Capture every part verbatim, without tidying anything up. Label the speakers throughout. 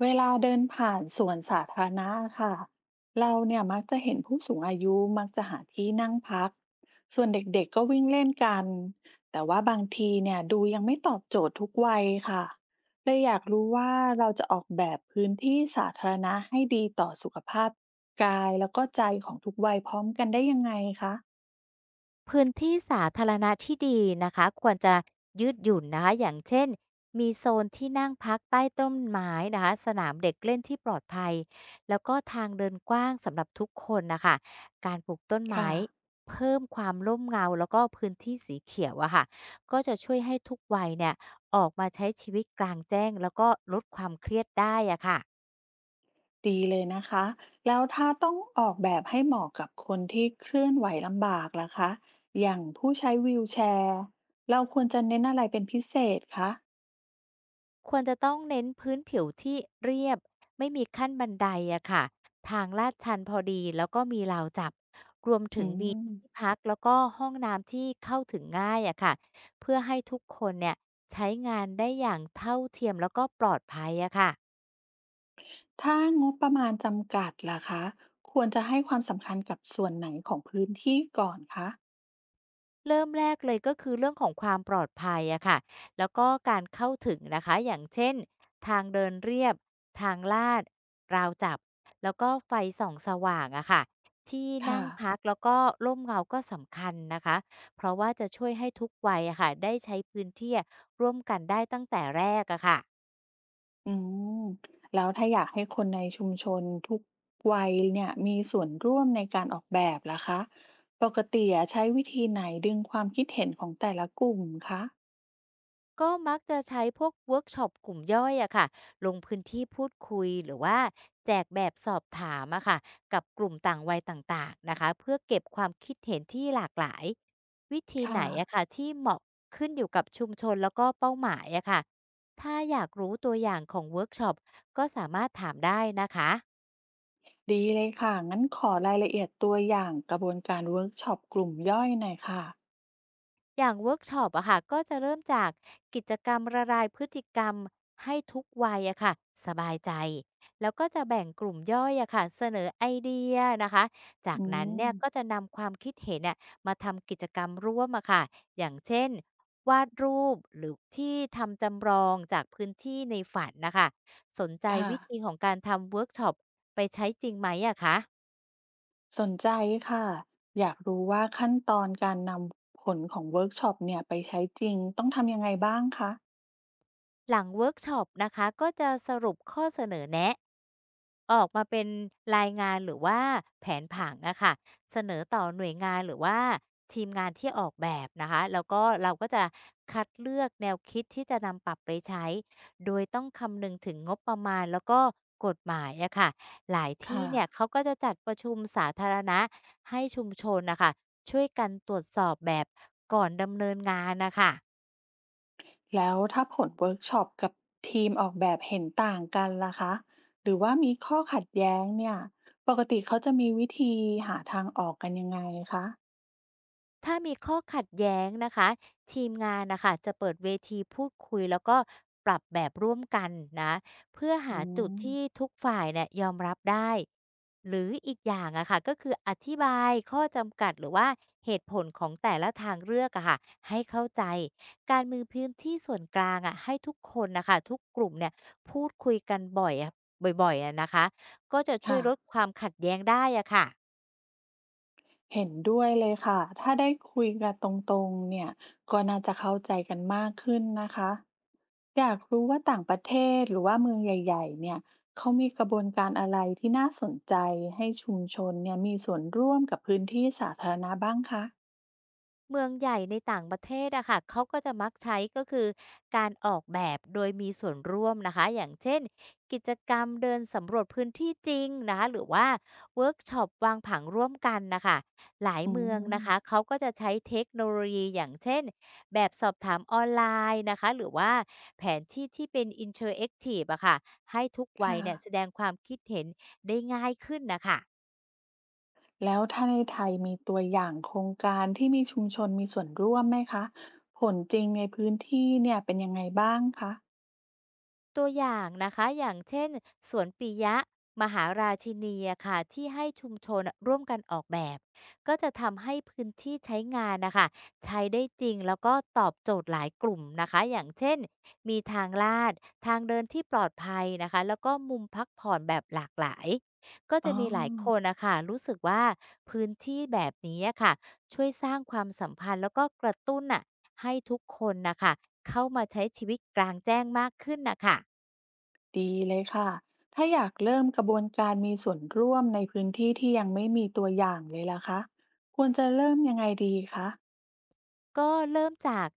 Speaker 1: เวลาเดินผ่านสวนสาธารณะค่ะเราเนี่ยมักจะเห็นผู้สูงอายุมักจะหาที่นั่งพักส่วนเด็กๆก็วิ่งเล่นกันแต่ว่าบางทีเนี่ยดูยังไม่ตอบโจทย์ทุกวัยค่ะเลยอยากรู้ว่าเราจะออกแบบพื้นที่สาธารณะให้ดีต่อสุขภาพกายแล้วก็ใจของทุกวัยพร้อมกันได้ยังไงคะ
Speaker 2: พื้นที่สาธารณะที่ดีนะคะควรจะยืดหยุ่นนะคะอย่างเช่นมีโซนที่นั่งพักใต้ต้นไม้นะคะสนามเด็กเล่นที่ปลอดภัยแล้วก็ทางเดินกว้างสำหรับทุกคนนะคะการปลูกต้น
Speaker 1: ค่ะ
Speaker 2: ไม้เพิ่มความร่มเงาแล้วก็พื้นที่สีเขียวอะค่ะก็จะช่วยให้ทุกวัยเนี่ยออกมาใช้ชีวิตกลางแจ้งแล้วก็ลดความเครียดได้อะค่ะ
Speaker 1: ดีเลยนะคะแล้วถ้าต้องออกแบบให้เหมาะกับคนที่เคลื่อนไหวลำบากล่ะคะ อย่างผู้ใช้วีลแชร์เราควรจะเน้นอะไรเป็นพิเศษคะ
Speaker 2: ควรจะต้องเน้นพื้นผิวที่เรียบไม่มีขั้นบันไดอะค่ะทางลาดชันพอดีแล้วก็มีราวจับรวมถึ
Speaker 1: อื
Speaker 2: งมีที่
Speaker 1: ม
Speaker 2: พักแล้วก็ห้องน้ำที่เข้าถึงง่ายอะค่ะเพื่อให้ทุกคนเนี่ยใช้งานได้อย่างเท่าเทียมแล้วก็ปลอดภัยอะค่ะ
Speaker 1: ถ้างบประมาณจำกัดล่ะคะควรจะให้ความสำคัญกับส่วนไหนของพื้นที่ก่อนคะ
Speaker 2: เริ่มแรกเลยก็คือเรื่องของความปลอดภัยอะค่ะแล้วก็การเข้าถึงนะคะอย่างเช่นทางเดินเรียบ ทางลาด ราวจับ แล้วก็ไฟส่องสว่างอะค่ะที่นั่
Speaker 1: ค่ะ
Speaker 2: งพักแล้วก็ร่มเงาก็สำคัญนะคะเพราะว่าจะช่วยให้ทุกวัยอะค่ะได้ใช้พื้นที่ร่วมกันได้ตั้งแต่แรกอะค่ะ
Speaker 1: อืมแล้วถ้าอยากให้คนในชุมชนทุกวัยเนี่ยมีส่วนร่วมในการออกแบบล่ะคะปกติอะใช้วิธีไหนดึงความคิดเห็นของแต่ละกลุ่มคะ
Speaker 2: ก็มักจะใช้พวกเวิร์กช็อปกลุ่มย่อยอะค่ะลงพื้นที่พูดคุยหรือว่าแจกแบบสอบถามอะค่ะกับกลุ่มต่างวัยต่างๆนะคะเพื่อเก็บความคิดเห็นที่หลากหลายวิธีไหน
Speaker 1: ค่ะ
Speaker 2: อะค่ะที่เหมาะขึ้นอยู่กับชุมชนแล้วก็เป้าหมายอะค่ะถ้าอยากรู้ตัวอย่างของเวิร์กช็อปก็สามารถถามได้นะคะ
Speaker 1: ดีเลยค่ะงั้นขอรายละเอียดตัวอย่างกระบวนการเวิร์กช็อปกลุ่มย่อยหน่อยค่ะ
Speaker 2: อย่างเวิร์กช็อปอะค่ะก็จะเริ่มจากกิจกรรมละลายพฤติกรรมให้ทุกวัยอะค่ะสบายใจแล้วก็จะแบ่งกลุ่มย่อยอะค่ะเสนอไอเดียนะคะจาก
Speaker 1: อื
Speaker 2: นั้น
Speaker 1: ม
Speaker 2: เนี่ยก็จะนำความคิดเห็นเนี่ยมาทำกิจกรรมร่วมอะค่ะอย่างเช่นวาดรูปหรือที่ทำจำลองจากพื้นที่ในฝันนะคะสนใจ
Speaker 1: ค่ะ
Speaker 2: วิธีของการทำเวิร์กช็อปไปใช้จริงไหมอะคะ
Speaker 1: สนใจค่ะอยากรู้ว่าขั้นตอนการนำผลของเวิร์กช็อปเนี่ยไปใช้จริงต้องทำยังไงบ้างคะ
Speaker 2: หลังเวิร์กช็อปนะคะก็จะสรุปข้อเสนอแนะออกมาเป็นรายงานหรือว่าแผนผังอะค่ะเสนอต่อหน่วยงานหรือว่าทีมงานที่ออกแบบนะคะแล้วก็เราก็จะคัดเลือกแนวคิดที่จะนำปรับไปใช้โดยต้องคำนึงถึงงบประมาณแล้วก็กฎหมายอะค่ะหลายที่
Speaker 1: ค่ะ
Speaker 2: เนี่ยเขาก็จะจัดประชุมสาธารณะให้ชุมชนนะคะช่วยกันตรวจสอบแบบก่อนดำเนินงานนะคะ
Speaker 1: แล้วถ้าผลเวิร์กช็อปกับทีมออกแบบเห็นต่างกันล่ะคะหรือว่ามีข้อขัดแย้งเนี่ยปกติเขาจะมีวิธีหาทางออกกันยังไงคะ
Speaker 2: ถ้ามีข้อขัดแย้งนะคะทีมงานนะคะจะเปิดเวทีพูดคุยแล้วก็ปรับแบบร่วมกันนะเพื่อ
Speaker 1: อื
Speaker 2: หาจุด
Speaker 1: ม
Speaker 2: ที่ทุกฝ่ายเนี่ยยอมรับได้หรืออีกอย่างอะค่ะก็คืออธิบายข้อจำกัดหรือว่าเหตุผลของแต่ละทางเลือกอะค่ะให้เข้าใจการมือพื้นที่ส่วนกลางอะให้ทุกคนนะคะทุกกลุ่มเนี่ยพูดคุยกันบ่อยอะบ่อยๆอะนะคะก็จะช่วย
Speaker 1: ค่ะ
Speaker 2: ลดความขัดแย้งได้อะค่ะ
Speaker 1: เห็นด้วยเลยค่ะถ้าได้คุยกันตรงๆเนี่ยก็น่าจะเข้าใจกันมากขึ้นนะคะอยากรู้ว่าต่างประเทศหรือว่าเมืองใหญ่ๆเนี่ยเขามีกระบวนการอะไรที่น่าสนใจให้ชุมชนเนี่ยมีส่วนร่วมกับพื้นที่สาธารณะบ้างคะ
Speaker 2: เมืองใหญ่ในต่างประเทศอะค่ะเขาก็จะมักใช้ก็คือการออกแบบโดยมีส่วนร่วมนะคะอย่างเช่นกิจกรรมเดินสำรวจพื้นที่จริงนะคะหรือว่าเวิร์กช็อปวางผังร่วมกันนะคะหลาย
Speaker 1: อื
Speaker 2: เมืองนะคะ
Speaker 1: ม
Speaker 2: เขาก็จะใช้เทคโนโลยีอย่างเช่นแบบสอบถามออนไลน์นะคะหรือว่าแผนที่ที่เป็นอินเทอร์แอคทีฟอะค่ะให้ทุกวัย
Speaker 1: ค่ะ
Speaker 2: เนี่ยแสดงความคิดเห็นได้ง่ายขึ้นนะคะ
Speaker 1: แล้วถ้าในไทยมีตัวอย่างโครงการที่มีชุมชนมีส่วนร่วมไหมคะผลจริงในพื้นที่เนี่ยเป็นยังไงบ้างคะ
Speaker 2: ตัวอย่างนะคะอย่างเช่นสวนปิยะมหาราชินีอะค่ะที่ให้ชุมชนอะร่วมกันออกแบบก็จะทำให้พื้นที่ใช้งานนะคะใช้ได้จริงแล้วก็ตอบโจทย์หลายกลุ่มนะคะอย่างเช่นมีทางลาดทางเดินที่ปลอดภัยนะคะแล้วก็มุมพักผ่อนแบบหลากหลายก็
Speaker 1: อ๋
Speaker 2: จะ
Speaker 1: อ
Speaker 2: มีหลายคนนะคะรู้สึกว่าพื้นที่แบบนี้อะค่ะช่วยสร้างความสัมพันธ์แล้วก็กระตุ้นน่ะให้ทุกคนนะคะเข้ามาใช้ชีวิตกลางแจ้งมากขึ้นนะคะ
Speaker 1: ดีเลยค่ะถ้าอยากเริ่มกระบวนการมีส่วนร่วมในพื้นที่ที่ยังไม่มีตัวอย่างเลยล่ะคะควรจะเริ่มยังไงดีคะ
Speaker 2: ก็เริ่มจาก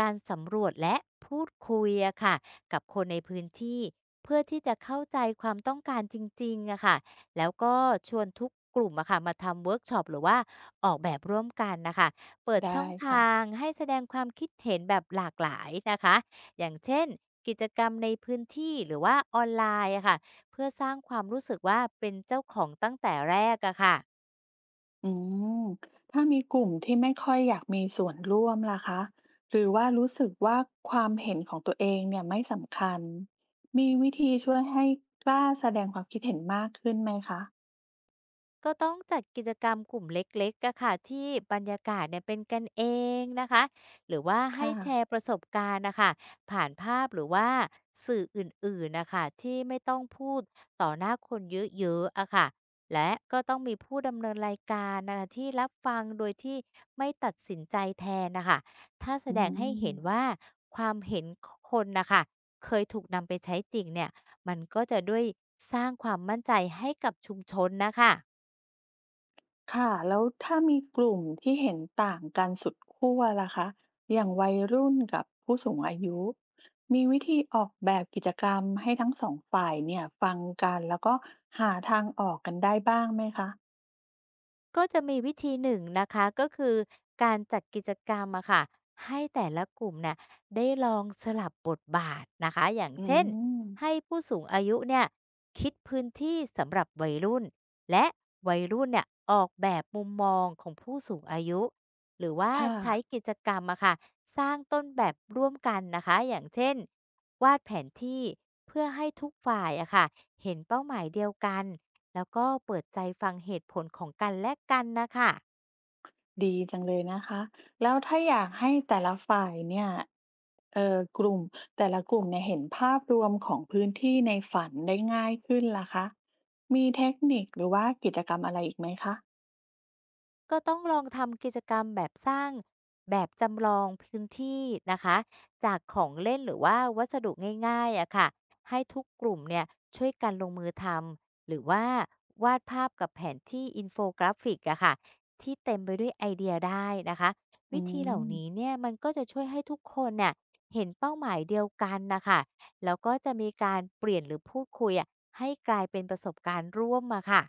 Speaker 2: การสำรวจและพูดคุยอะค่ะกับคนในพื้นที่เพื่อที่จะเข้าใจความต้องการจริงๆอะค่ะแล้วก็ชวนทุกกลุ่มอะค่ะมาทำเวิร์กช็อปหรือว่าออกแบบร่วมกันนะคะเปิดช่
Speaker 1: ได้
Speaker 2: อง
Speaker 1: ค่ะ
Speaker 2: ทางให้แสดงความคิดเห็นแบบหลากหลายนะคะอย่างเช่นกิจกรรมในพื้นที่หรือว่าออนไลน์อะค่ะเพื่อสร้างความรู้สึกว่าเป็นเจ้าของตั้งแต่แรกอะค่ะ
Speaker 1: อืมถ้ามีกลุ่มที่ไม่ค่อยอยากมีส่วนร่วมล่ะคะหรือว่ารู้สึกว่าความเห็นของตัวเองเนี่ยไม่สำคัญ มีวิธีช่วยให้กล้าแสดงความคิดเห็นมากขึ้นไหมคะ
Speaker 2: ก็ต้องจัดกิจกรรมกลุ่มเล็กๆอะค่ะที่บรรยากาศเนี่ยเป็นกันเองนะคะหรือว่าให้
Speaker 1: ค่ะ
Speaker 2: แชร์ประสบการณ์นะคะผ่านภาพหรือว่าสื่ออื่นๆนะคะที่ไม่ต้องพูดต่อหน้าคนเยอะๆอะค่ะและก็ต้องมีผู้ดำเนินรายการนะคะที่รับฟังโดยที่ไม่ตัดสินใจแทนนะคะถ้าแส
Speaker 1: อื
Speaker 2: ดงให้เห็น
Speaker 1: ม
Speaker 2: ว่าความเห็นคนนะคะเคยถูกนำไปใช้จริงเนี่ยมันก็จะด้วยสร้างความมั่นใจให้กับชุมชนนะคะ
Speaker 1: ค่ะแล้วถ้ามีกลุ่มที่เห็นต่างกันสุดขั้วล่ะคะอย่างวัยรุ่นกับผู้สูงอายุมีวิธีออกแบบกิจกรรมให้ทั้งสองฝ่ายเนี่ยฟังกันแล้วก็หาทางออกกันได้บ้างไหมคะ
Speaker 2: ก็จะมีวิธีหนึ่งนะคะก็คือการจัดกิจกรรมอะค่ะให้แต่ละกลุ่มเนี่ยได้ลองสลับบทบาทนะคะอย่าง
Speaker 1: อื
Speaker 2: เช่น
Speaker 1: ม
Speaker 2: ให้ผู้สูงอายุเนี่ยคิดพื้นที่สำหรับวัยรุ่นและวัยรุ่นเนี่ยออกแบบมุมมองของผู้สูงอายุหรือว่า
Speaker 1: ค่ะ
Speaker 2: ใช้กิจกรรมอะค่ะสร้างต้นแบบร่วมกันนะคะอย่างเช่นวาดแผนที่เพื่อให้ทุกฝ่ายอะค่ะเห็นเป้าหมายเดียวกัน แล้วก็เปิดใจฟังเหตุผลของกันและกันนะค่ะ
Speaker 1: ดีจังเลยนะคะแล้วถ้าอยากให้แต่ละฝ่ายเนี่ยเอ่อกลุ่มแต่ละกลุ่มเนี่ยเห็นภาพรวมของพื้นที่ในฝันได้ง่ายขึ้นล่ะคะมีเทคนิคหรือว่ากิจกรรมอะไรอีกไหมคะ
Speaker 2: ก็ต้องลองทำกิจกรรมแบบสร้างแบบจำลองพื้นที่นะคะจากของเล่นหรือว่าวัสดุง่ายๆอะค่ะให้ทุกกลุ่มเนี่ยช่วยกันลงมือทำหรือว่าวาดภาพกับแผนที่อินโฟกราฟิกอะค่ะที่เต็มไปด้วยไอเดียได้นะคะ
Speaker 1: อื
Speaker 2: วิธีเหล่า
Speaker 1: ม
Speaker 2: นี้เนี่ยมันก็จะช่วยให้ทุกคนเนี่ยเห็นเป้าหมายเดียวกันนะคะแล้วก็จะมีการเปลี่ยนหรือพูดคุยอะให้กลายเป็นประสบการณ์ร่วมอะค่ะ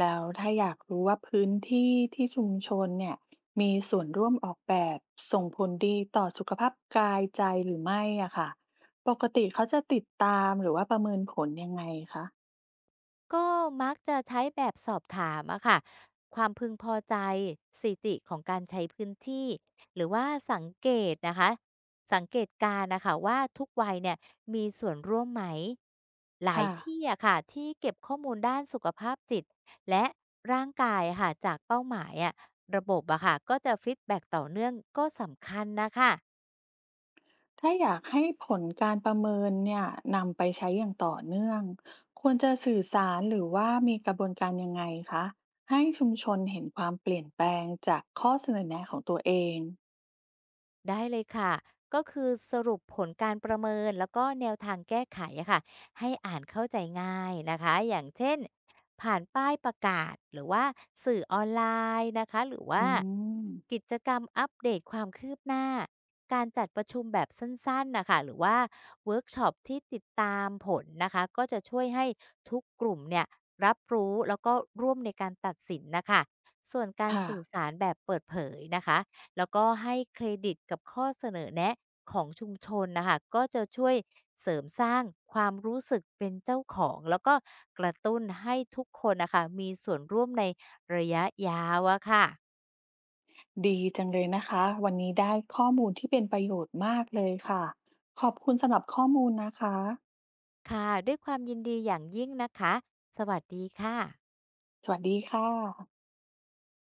Speaker 1: แล้วถ้าอยากรู้ว่าพื้นที่ที่ชุมชนเนี่ยมีส่วนร่วมออกแบบส่งผลดีต่อสุขภาพกายใจหรือไม่อะค่ะปกติเขาจะติดตามหรือว่าประเมินผลยังไงคะ
Speaker 2: ก็มักจะใช้แบบสอบถามอะค่ะความพึงพอใจสถิติของการใช้พื้นที่หรือว่าสังเกตนะคะสังเกตการณ์นะคะว่าทุกวัยเนี่ยมีส่วนร่วมไหมหลาย
Speaker 1: ค่ะ
Speaker 2: ที่อะค่ะที่เก็บข้อมูลด้านสุขภาพจิตและร่างกายอะค่ะจากเป้าหมายอะระบบอะค่ะก็จะฟีดแบ็กต่อเนื่องก็สำคัญนะคะ
Speaker 1: ถ้าอยากให้ผลการประเมินเนี่ยนำไปใช้อย่างต่อเนื่องควรจะสื่อสารหรือว่ามีกระบวนการยังไงคะให้ชุมชนเห็นความเปลี่ยนแปลงจากข้อเสนอแนะของตัวเอง
Speaker 2: ได้เลยค่ะ ก็คือสรุปผลการประเมินแล้วก็แนวทางแก้ไขอะค่ะให้อ่านเข้าใจง่ายนะคะ อย่างเช่นผ่านป้ายประกาศหรือว่าสื่อออนไลน์นะคะ หรือว่า
Speaker 1: อืม
Speaker 2: กิจกรรมอัปเดตความคืบหน้า การจัดประชุมแบบสั้นๆนะคะ หรือว่าเวิร์กช็อปที่ติดตามผลนะคะ ก็จะช่วยให้ทุกกลุ่มเนี่ยรับรู้แล้วก็ร่วมในการตัดสินนะคะส่วนการ
Speaker 1: ค่ะ
Speaker 2: สื่อสารแบบเปิดเผยนะคะ แล้วก็ให้เครดิตกับข้อเสนอแนะของชุมชนนะคะก็จะช่วยเสริมสร้างความรู้สึกเป็นเจ้าของแล้วก็กระตุ้นให้ทุกคนนะคะมีส่วนร่วมในระยะยาวอะค่ะ
Speaker 1: ดีจังเลยนะคะวันนี้ได้ข้อมูลที่เป็นประโยชน์มากเลยค่ะขอบคุณสำหรับข้อมูลนะคะ
Speaker 2: ค่ะด้วยความยินดีอย่างยิ่งนะคะสวัสดีค่ะ
Speaker 1: สวัสดีค่ะ